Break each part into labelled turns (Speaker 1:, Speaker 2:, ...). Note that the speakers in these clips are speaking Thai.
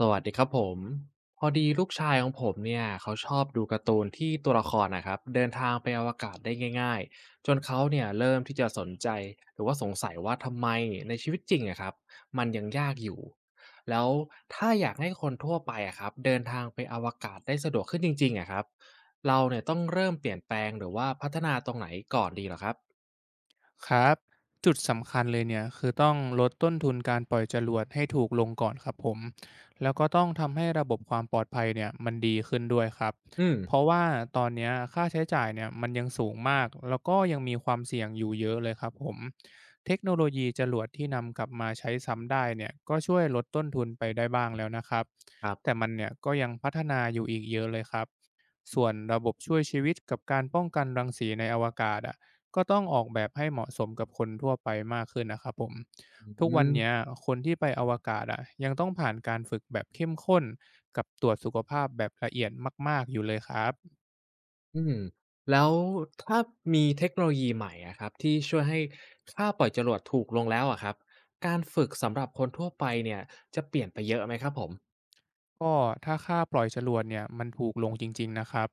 Speaker 1: สวัสดีครับผมพอดีลูกชายของผมเนี่ยเขาชอบดูการ์ตูนที่ตัวละครนะครับเดินทางไปอวกาศได้ง่ายๆจนเขาเนี่ยเริ่มที่จะสนใจหรือว่าสงสัยว่าทำไมในชีวิตจริงอะครับมันยังยากอยู่แล้วถ้าอยากให้คนทั่วไปอะครับเดินทางไปอวกาศได้สะดวกขึ้นจริงๆอะครับเราเนี่ยต้องเริ่มเปลี่ยนแปลงหรือว่าพัฒนาตรงไหนก่อนดีเหรอครับ
Speaker 2: ครับจุดสำคัญเลยเนี่ยคือต้องลดต้นทุนการปล่อยจรวดให้ถูกลงก่อนครับผมแล้วก็ต้องทำให้ระบบความปลอดภัยเนี่ยมันดีขึ้นด้วยครับ
Speaker 1: อืม
Speaker 2: เพราะว่าตอนเนี้ยค่าใช้จ่ายเนี่ยมันยังสูงมากแล้วก็ยังมีความเสี่ยงอยู่เยอะเลยครับผมเทคโนโลยีจรวดที่นำกลับมาใช้ซ้ำได้เนี่ยก็ช่วยลดต้นทุนไปได้บ้างแล้วนะครับ
Speaker 1: ครั
Speaker 2: แต่
Speaker 1: บ
Speaker 2: มันเนี่ยก็ยังพัฒนาอยู่อีกเยอะเลยครับส่วนระบบช่วยชีวิตกับการป้องกันรังสีในอวกาศอ่ะ ก็ต้องออกแบบให้เหมาะสมกับคนทั่วไปมากขึ้นนะครับผม
Speaker 1: อื
Speaker 2: ทุกวัน
Speaker 1: ม
Speaker 2: เนี้ยคนที่ไปอวกาศอะยังต้องผ่านการฝึกแบบเข้มข้นกับตรวจสุขภาพแบบละเอียดมากๆอยู่เลยครับ
Speaker 1: อืมแล้วถ้ามีเทคโนโลยีใหม่อะครับที่ช่วยให้ค่าปล่อยจรวดถูกลงแล้วอะครับการฝึกสำหรับคนทั่วไปเนี่ยจะเปลี่ยนไปเยอะไหมครับผม
Speaker 2: ก็ถ้าค่าปล่อยจรวดเนี่ยมันถูกลงจริงๆนะครับ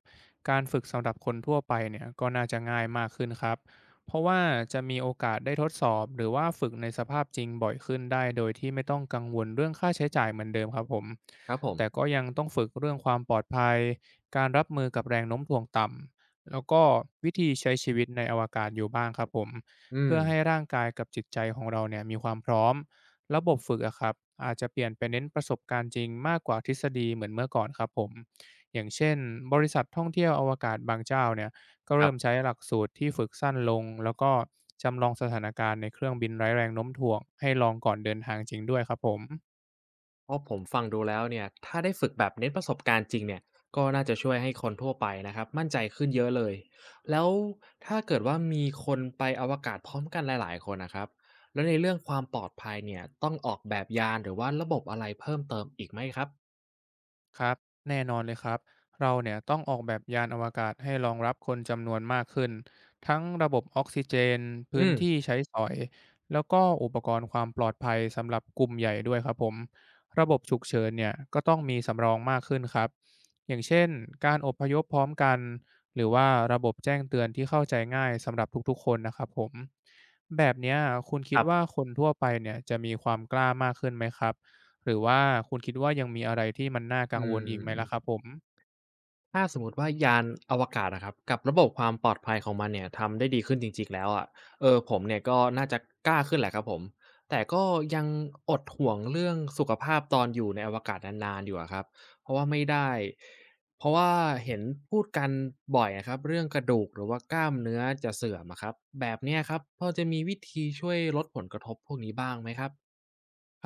Speaker 2: การฝึกสำหรับคนทั่วไปเนี่ยก็น่าจะง่ายมากขึ้นครับเพราะว่าจะมีโอกาสได้ทดสอบหรือว่าฝึกในสภาพจริงบ่อยขึ้นได้โดยที่ไม่ต้องกังวลเรื่องค่าใช้จ่ายเหมือนเดิมครับผม
Speaker 1: ครับผ
Speaker 2: แต่
Speaker 1: ม
Speaker 2: ก็ยังต้องฝึกเรื่องความปลอดภัยการรับมือกับแรงโน้มถ่วงต่ำแล้วก็วิธีใช้ชีวิตในอวกาศอยู่บ้างครับผม
Speaker 1: อืม
Speaker 2: เพื่อให้ร่างกายกับจิตใจของเราเนี่ยมีความพร้อม ระบบฝึกอะครับอาจจะเปลี่ยนไปเน้นประสบการณ์จริงมากกว่าทฤษฎีเหมือนเมื่อก่อนครับผมอย่างเช่นบริษัทท่องเที่ยวอวกาศบางเจ้าเนี่ยก็
Speaker 1: ครั
Speaker 2: เริ่
Speaker 1: บ
Speaker 2: มใช้หลักสูตรที่ฝึกสั้นลงแล้วก็จำลองสถานการณ์ในเครื่องบินไร้แรงโน้มถ่วงให้ลองก่อนเดินทางจริงด้วยครับผม
Speaker 1: เพราะผมฟังดูแล้วเนี่ยถ้าได้ฝึกแบบเน้นประสบการณ์จริงเนี่ยก็น่าจะช่วยให้คนทั่วไปนะครับมั่นใจขึ้นเยอะเลยแล้วถ้าเกิดว่ามีคนไปอวกาศพร้อมกันหลายๆคนนะครับแล้วในเรื่องความปลอดภัยเนี่ยต้องออกแบบยานหรือว่าระบบอะไรเพิ่มเติมอีกไหมครับ
Speaker 2: ครับแน่นอนเลยครับเราเนี่ยต้องออกแบบยานอวกาศให้รองรับคนจำนวนมากขึ้นทั้งระบบออกซิเจนพื้
Speaker 1: อื
Speaker 2: น
Speaker 1: ม
Speaker 2: ที่ใช้สอยแล้วก็อุปกรณ์ความปลอดภัยสำหรับกลุ่มใหญ่ด้วยครับผมระบบฉุกเฉินเนี่ยก็ต้องมีสำรองมากขึ้นครับอย่างเช่นการอพยพพร้อมกันหรือว่าระบบแจ้งเตือนที่เข้าใจง่ายสำหรับทุกๆคนนะครับผมแบบเนี้ยคุณ
Speaker 1: ค
Speaker 2: คิด
Speaker 1: รับ
Speaker 2: ว่าคนทั่วไปเนี่ยจะมีความกล้ามากขึ้นไหมครับ หรือว่าคุณคิดว่ายังมีอะไรที่มันน่ากัง
Speaker 1: อื
Speaker 2: ว
Speaker 1: ม
Speaker 2: ลอีกไหมล่ะครับผม
Speaker 1: ถ้าสมมติว่ายานอวกาศนะครับกับระบบความปลอดภัยของมันเนี่ยทำได้ดีขึ้นจริงๆแล้วอะผมเนี่ยก็น่าจะกล้าขึ้นแหละครับผมแต่ก็ยังอดห่วงเรื่องสุขภาพตอนอยู่ในอวกาศนานๆอยู่อะครับเพราะว่าไม่ได้เพราะว่าเห็นพูดกันบ่อยนะครับเรื่องกระดูกหรือว่ากล้ามเนื้อจะเสื่อมอะครับแบบเนี้ยครับพอจะมีวิธีช่วยลดผลกระทบพวกนี้บ้างไหมครับ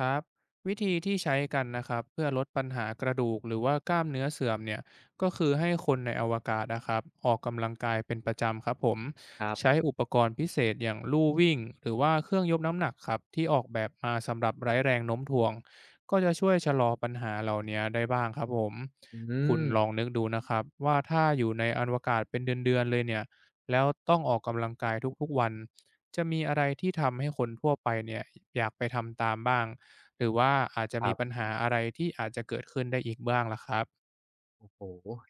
Speaker 2: ครับวิธีที่ใช้กันนะครับเพื่อลดปัญหากระดูกหรือว่ากล้ามเนื้อเสื่อมเนี่ยก็คือให้คนในอวกาศนะครับออกกำลังกายเป็นประจำครับผม
Speaker 1: ครับ
Speaker 2: ใช้อุปกรณ์พิเศษอย่างลู่วิ่งหรือว่าเครื่องยกน้ำหนักครับที่ออกแบบมาสำหรับไร้แรงโน้มถ่วงก็จะช่วยชะลอปัญหาเหล่านี้ได้บ้างครับผม
Speaker 1: อื
Speaker 2: คุณ
Speaker 1: ม
Speaker 2: ลองนึกดูนะครับว่าถ้าอยู่ในอวกาศเป็นเดือนๆเลยเนี่ยแล้วต้องออกกำลังกายทุกๆวันจะมีอะไรที่ทำให้คนทั่วไปเนี่ยอยากไปทำตามบ้าง หรือว่าอาจจะ
Speaker 1: ค
Speaker 2: มี
Speaker 1: รั
Speaker 2: ปัญ
Speaker 1: บ
Speaker 2: หาอะไรที่อาจจะเกิดขึ้นได้อีกบ้างล่ะครับ
Speaker 1: โอ้โฮ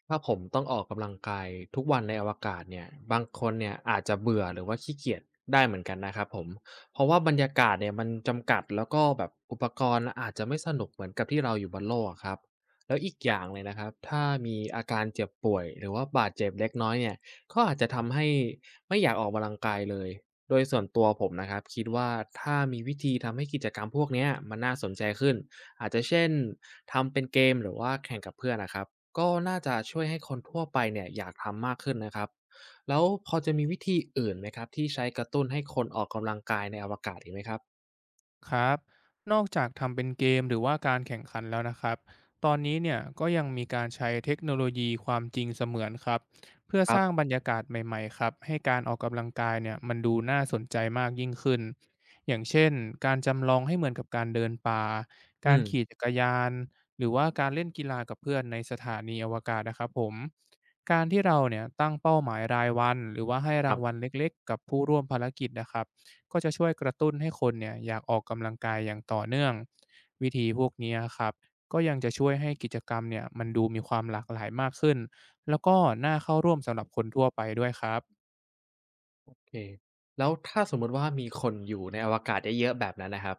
Speaker 1: ถ้าผมต้องออกกำลังกายทุกวันในอวกาศเนี่ยบางคนเนี่ยอาจจะเบื่อหรือว่าขี้เกียจได้เหมือนกันนะครับผมเพราะว่าบรรยากาศเนี่ยมันจำกัดแล้วก็แบบอุปกรณ์อาจจะไม่สนุกเหมือนกับที่เราอยู่บนโลกอะครับแล้วอีกอย่างเลยนะครับถ้ามีอาการเจ็บป่วยหรือว่าบาดเจ็บเล็กน้อยเนี่ยก็อาจจะทำให้ไม่อยากออกกำลังกายเลยโดยส่วนตัวผมนะครับคิดว่าถ้ามีวิธีทำให้กิจกรรมพวกเนี้ยมันน่าสนใจขึ้น อาจจะเช่นทำเป็นเกมหรือว่าแข่งกับเพื่อนนะครับก็น่าจะช่วยให้คนทั่วไปเนี่ยอยากทำมากขึ้นนะครับแล้วพอจะมีวิธีอื่นไหมครับที่ใช้กระตุ้นให้คนออกกำลังกายในอวกาศอีกไหมครับ
Speaker 2: ครับนอกจากทำเป็นเกมหรือว่าการแข่งขันแล้วนะครับตอนนี้เนี่ยก็ยังมีการใช้เทคโนโลยีความจริงเสมือนครับเพื่อ
Speaker 1: ค
Speaker 2: ส
Speaker 1: รั
Speaker 2: ร้างบ
Speaker 1: บ
Speaker 2: รรยากาศใหม่ๆครับให้การออกกำลังกายเนี่ยมันดูน่าสนใจมากยิ่งขึ้นอย่างเช่นการจำลองให้เหมือนกับการเดินป่ากา
Speaker 1: อื
Speaker 2: ร
Speaker 1: ม
Speaker 2: ขี่จักรยานหรือว่าการเล่นกีฬากับเพื่อนในสถานีอวกาศนะครับผมการที่เราเนี่ยตั้งเป้าหมายรายวันหรือว่าให้
Speaker 1: ค
Speaker 2: รา
Speaker 1: รั
Speaker 2: งวัล
Speaker 1: บ
Speaker 2: เล็กๆกับผู้ร่วมภารกิจนะครับ ก็จะช่วยกระตุ้นให้คนเนี่ยอยากออกกำลังกายอย่างต่อเนื่องวิธีพวกนี้ครับก็ยังจะช่วยให้กิจกรรมเนี่ยมันดูมีความหลากหลายมากขึ้นแล้วก็น่าเข้าร่วมสำหรับคนทั่วไปด้วยครับ
Speaker 1: โอเคแล้วถ้าสมมุติว่ามีคนอยู่ในอวกาศเยอะๆแบบนั้นนะครับ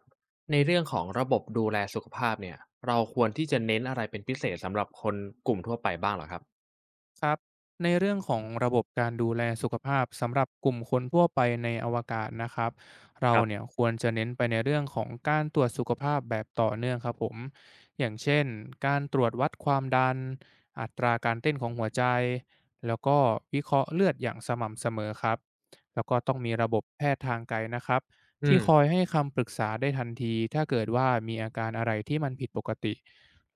Speaker 1: ในเรื่องของระบบดูแลสุขภาพเนี่ยเราควรที่จะเน้นอะไรเป็นพิเศษสำหรับคนกลุ่มทั่วไปบ้างเหรอครับ
Speaker 2: ครับในเรื่องของระบบการดูแลสุขภาพสำหรับกลุ่มคนทั่วไปในอวกาศนะครับเรา
Speaker 1: ครั
Speaker 2: เนี่ย
Speaker 1: บ
Speaker 2: ควรจะเน้นไปในเรื่องของการตรวจสุขภาพแบบต่อเนื่องครับผมอย่างเช่น การตรวจวัดความดัน อัตราการเต้นของหัวใจแล้วก็วิเคราะห์เลือดอย่างสม่ำเสมอครับแล้วก็ต้องมีระบบแพทย์ทางไกลนะครับ
Speaker 1: อื
Speaker 2: ที่
Speaker 1: ม
Speaker 2: คอยให้คำปรึกษาได้ทันที ถ้าเกิดว่ามีอาการอะไรที่มันผิดปกติ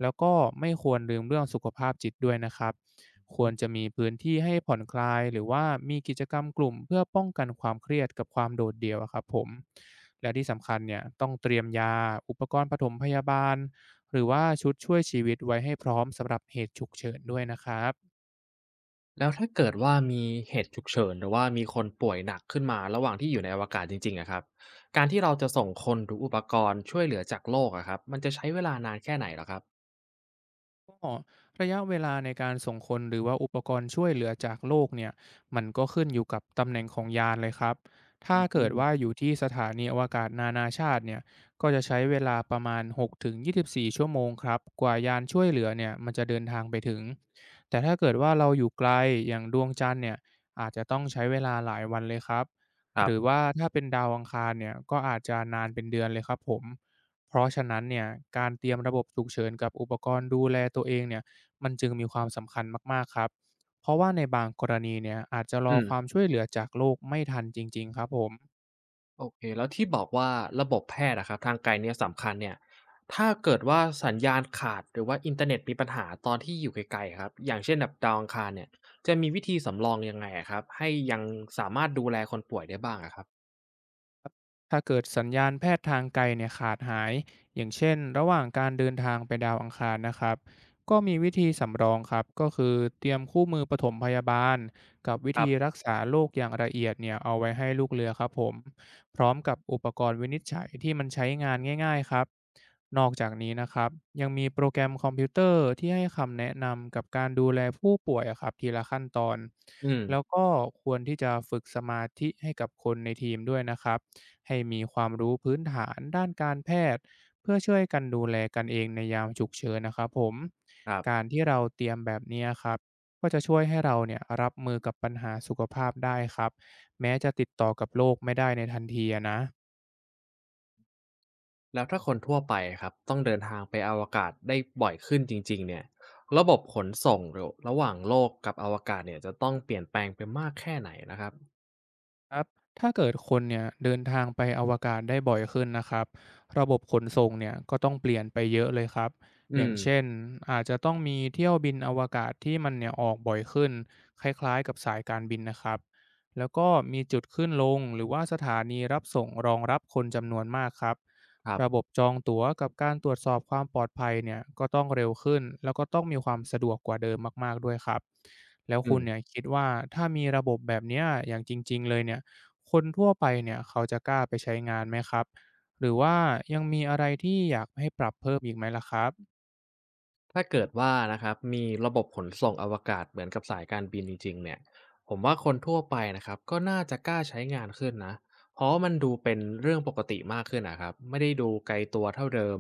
Speaker 2: แล้วก็ไม่ควรลืมเรื่องสุขภาพจิตด้วยนะครับ ควรจะมีพื้นที่ให้ผ่อนคลายหรือว่ามีกิจกรรมกลุ่มเพื่อป้องกันความเครียดกับความโดดเดี่ยวอะครับผมและที่สำคัญเนี่ยต้องเตรียมยาอุปกรณ์ปฐมพยาบาลหรือว่าชุดช่วยชีวิตไว้ให้พร้อมสำหรับเหตุฉุกเฉินด้วยนะครับ
Speaker 1: แล้วถ้าเกิดว่ามีเหตุฉุกเฉินหรือว่ามีคนป่วยหนักขึ้นมาระหว่างที่อยู่ในอวกาศจริงๆอะครับการที่เราจะส่งคนหรืออุปกรณ์ช่วยเหลือจากโลกอะครับมันจะใช้เวลานานแค่ไหนเหรอครับ
Speaker 2: ก็ระยะเวลาในการส่งคนหรือว่าอุปกรณ์ช่วยเหลือจากโลกเนี่ยมันก็ขึ้นอยู่กับตำแหน่งของยานเลยครับถ้า
Speaker 1: อื
Speaker 2: เกิด
Speaker 1: ม
Speaker 2: ว่าอยู่ที่สถานีอวกาศนานาชาติเนี่ยก็จะใช้เวลาประมาณ6ี่สิบสี่ชั่วโมงครับกว่ายานช่วยเหลือเนี่ยมันจะเดินทางไปถึงแต่ถ้าเกิดว่าเราอยู่ไกลอย่างดวงจันทร์เนี่ยอาจจะต้องใช้เวลาหลายวันเลยครับ
Speaker 1: ค
Speaker 2: ห
Speaker 1: รับ
Speaker 2: รือว่าถ้าเป็นดาวอังคารเนี่ยก็อาจจะนานเป็นเดือนเลยครับผม เพราะฉะนั้นเนี่ยการเตรียมระบบฉุกเฉินกับอุปกรณ์ดูแลตัวเองเนี่ยมันจึงมีความสำคัญมากๆครับเพราะว่าในบางกรณีเนี่ยอาจจะรอ
Speaker 1: อืม
Speaker 2: ความช่วยเหลือจากโลกไม่ทันจริงๆครับผม
Speaker 1: โอเคแล้วที่บอกว่าระบบแพทย์อะครับทางไกลเนี่ยสำคัญเนี่ยถ้าเกิดว่าสัญญาณขาดหรือว่าอินเทอร์เน็ตมีปัญหาตอนที่อยู่ไกลๆครับอย่างเช่นแบบดาวอังคารเนี่ยจะมีวิธีสำรองยังไงอะครับให้ยังสามารถดูแลคนป่วยได้บ้างอะครับ
Speaker 2: ถ้าเกิดสัญญาณแพทย์ทางไกลเนี่ยขาดหายอย่างเช่นระหว่างการเดินทางไปดาวอังคารนะครับก็มีวิธีสำรองครับก็คือเตรียมคู่มือปฐมพยาบาลกับวิ
Speaker 1: ครั
Speaker 2: ธี
Speaker 1: บ
Speaker 2: รักษาโรคอย่างละเอียดเนี่ยเอาไว้ให้ลูกเรือครับผมพร้อมกับอุปกรณ์วินิจฉัยที่มันใช้งานง่ายๆครับนอกจากนี้นะครับยังมีโปรแกรมคอมพิวเตอร์ที่ให้คำแนะนำกับการดูแลผู้ป่วยอะครับทีละขั้นตอน
Speaker 1: อื
Speaker 2: แล้ว
Speaker 1: ม
Speaker 2: ก็ควรที่จะฝึกสมาธิให้กับคนในทีมด้วยนะครับ ให้มีความรู้พื้นฐานด้านการแพทย์เพื่อช่วยกันดูแลกันเองในยามฉุกเฉินนะครับผม
Speaker 1: ครั
Speaker 2: การ
Speaker 1: บ
Speaker 2: ที่เราเตรียมแบบเนี้ยครับก็จะช่วยให้เราเนี่ยรับมือกับปัญหาสุขภาพได้ครับแม้จะติดต่อกับโรคไม่ได้ในทันทีอะนะ
Speaker 1: แล้วถ้าคนทั่วไปครับต้องเดินทางไปอวกาศได้บ่อยขึ้นจริงๆเนี่ยระบบขนส่งระหว่างโลกกับอวกาศเนี่ยจะต้องเปลี่ยนแปลงไปมากแค่ไหนนะครับ
Speaker 2: ครับถ้าเกิดคนเนี่ยเดินทางไปอวกาศได้บ่อยขึ้นนะครับระบบขนส่งเนี่ยก็ต้องเปลี่ยนไปเยอะเลยครับอ
Speaker 1: อื
Speaker 2: ย่า
Speaker 1: ม
Speaker 2: งเช่นอาจจะต้องมีเที่ยวบินอวกาศที่มันเนี่ยออกบ่อยขึ้นคล้ายๆกับสายการบินนะครับแล้วก็มีจุดขึ้นลงหรือว่าสถานีรับส่งรองรับคนจำนวนมากครับ
Speaker 1: ครับ
Speaker 2: ระบบจองตั๋วกับการตรวจสอบความปลอดภัยเนี่ยก็ต้องเร็วขึ้นแล้วก็ต้องมีความสะดวกกว่าเดิมมากๆด้วยครับแล้ว
Speaker 1: อื
Speaker 2: คุ
Speaker 1: ม
Speaker 2: ณเนี่ยคิดว่าถ้ามีระบบแบบเนี้ยอย่างจริงๆเลยเนี่ยคนทั่วไปเนี่ยเขาจะกล้าไปใช้งานไหมครับหรือว่ายังมีอะไรที่อยากให้ปรับเพิ่มอีกไหมล่ะครับ
Speaker 1: ถ้าเกิดว่านะครับมีระบบขนส่งอวกาศเหมือนกับสายการบินจริงๆเนี่ยผมว่าคนทั่วไปนะครับก็น่าจะกล้าใช้งานขึ้นนะเพราะว่ามันดูเป็นเรื่องปกติมากขึ้นนะครับไม่ได้ดูไกลตัวเท่าเดิม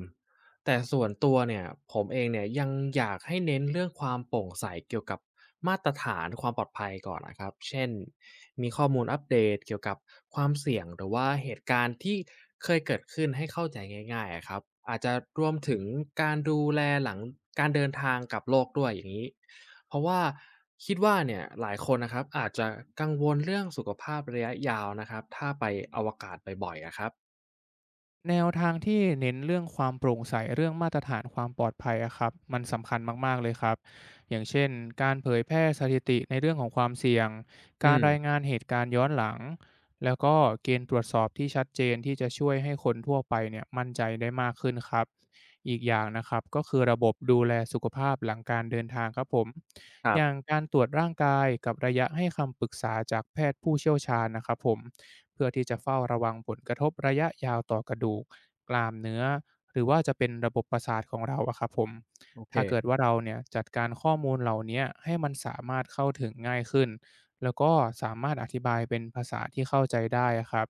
Speaker 1: แต่ส่วนตัวเนี่ยผมเองเนี่ยยังอยากให้เน้นเรื่องความโปร่งใสเกี่ยวกับมาตรฐานความปลอดภัยก่อนนะครับเช่นมีข้อมูลอัปเดตเกี่ยวกับความเสี่ยงหรือว่าเหตุการณ์ที่เคยเกิดขึ้นให้เข้าใจง่ายๆอะครับอาจจะรวมถึงการดูแลหลังการเดินทางกลับโลกด้วยอย่างนี้เพราะว่าคิดว่าเนี่ยหลายคนนะครับอาจจะกังวลเรื่องสุขภาพระยะยาวนะครับถ้าไปอวกาศบ่อยๆอะครับ
Speaker 2: แนวทางที่เน้นเรื่องความโปร่งใสเรื่องมาตรฐานความปลอดภัยอะครับมันสำคัญมากๆเลยครับอย่างเช่นการเผยแพร่สถิติในเรื่องของความเสี่ยง
Speaker 1: อื
Speaker 2: การราย
Speaker 1: ม
Speaker 2: งานเหตุการณ์ย้อนหลังแล้วก็เกณฑ์ตรวจสอบที่ชัดเจนที่จะช่วยให้คนทั่วไปเนี่ยมั่นใจได้มากขึ้นครับอีกอย่างนะครับก็คือระบบดูแลสุขภาพหลังการเดินทางครับผม
Speaker 1: ครั
Speaker 2: อย่าง
Speaker 1: บ
Speaker 2: การตรวจร่างกายกับระยะให้คำปรึกษาจากแพทย์ผู้เชี่ยวชาญนะครับผม เพื่อที่จะเฝ้าระวังผลกระทบระยะยาวต่อกระดูกกล้ามเนื้อหรือว่าจะเป็นระบบประสาทของเราอะครับผม
Speaker 1: โอเค
Speaker 2: ถ้าเกิดว่าเราเนี่ยจัดการข้อมูลเหล่าเนี้ยให้มันสามารถเข้าถึงง่ายขึ้นแล้วก็สามารถอธิบายเป็นภาษาที่เข้าใจได้อะครับ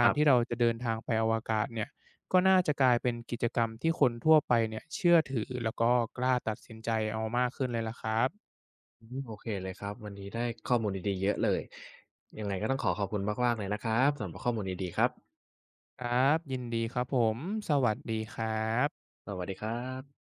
Speaker 1: ค
Speaker 2: าร
Speaker 1: รับ
Speaker 2: ที่เราจะเดินทางไปอวกาศเนี่ยก็น่าจะกลายเป็นกิจกรรมที่คนทั่วไปเนี่ยเชื่อถือแล้วก็กล้าตัดสินใจเอามากขึ้นเลยล่ะครับ
Speaker 1: อืมโอเคเลยครับวันนี้ได้ข้อมูลดีๆเยอะเลยยังไงก็ต้องขอขอบคุณมากๆเลยนะครับสำหรับข้อมูลดีๆครับ
Speaker 2: ครับยินดีครับผมสวัสดีครับ
Speaker 1: สวัสดีครับ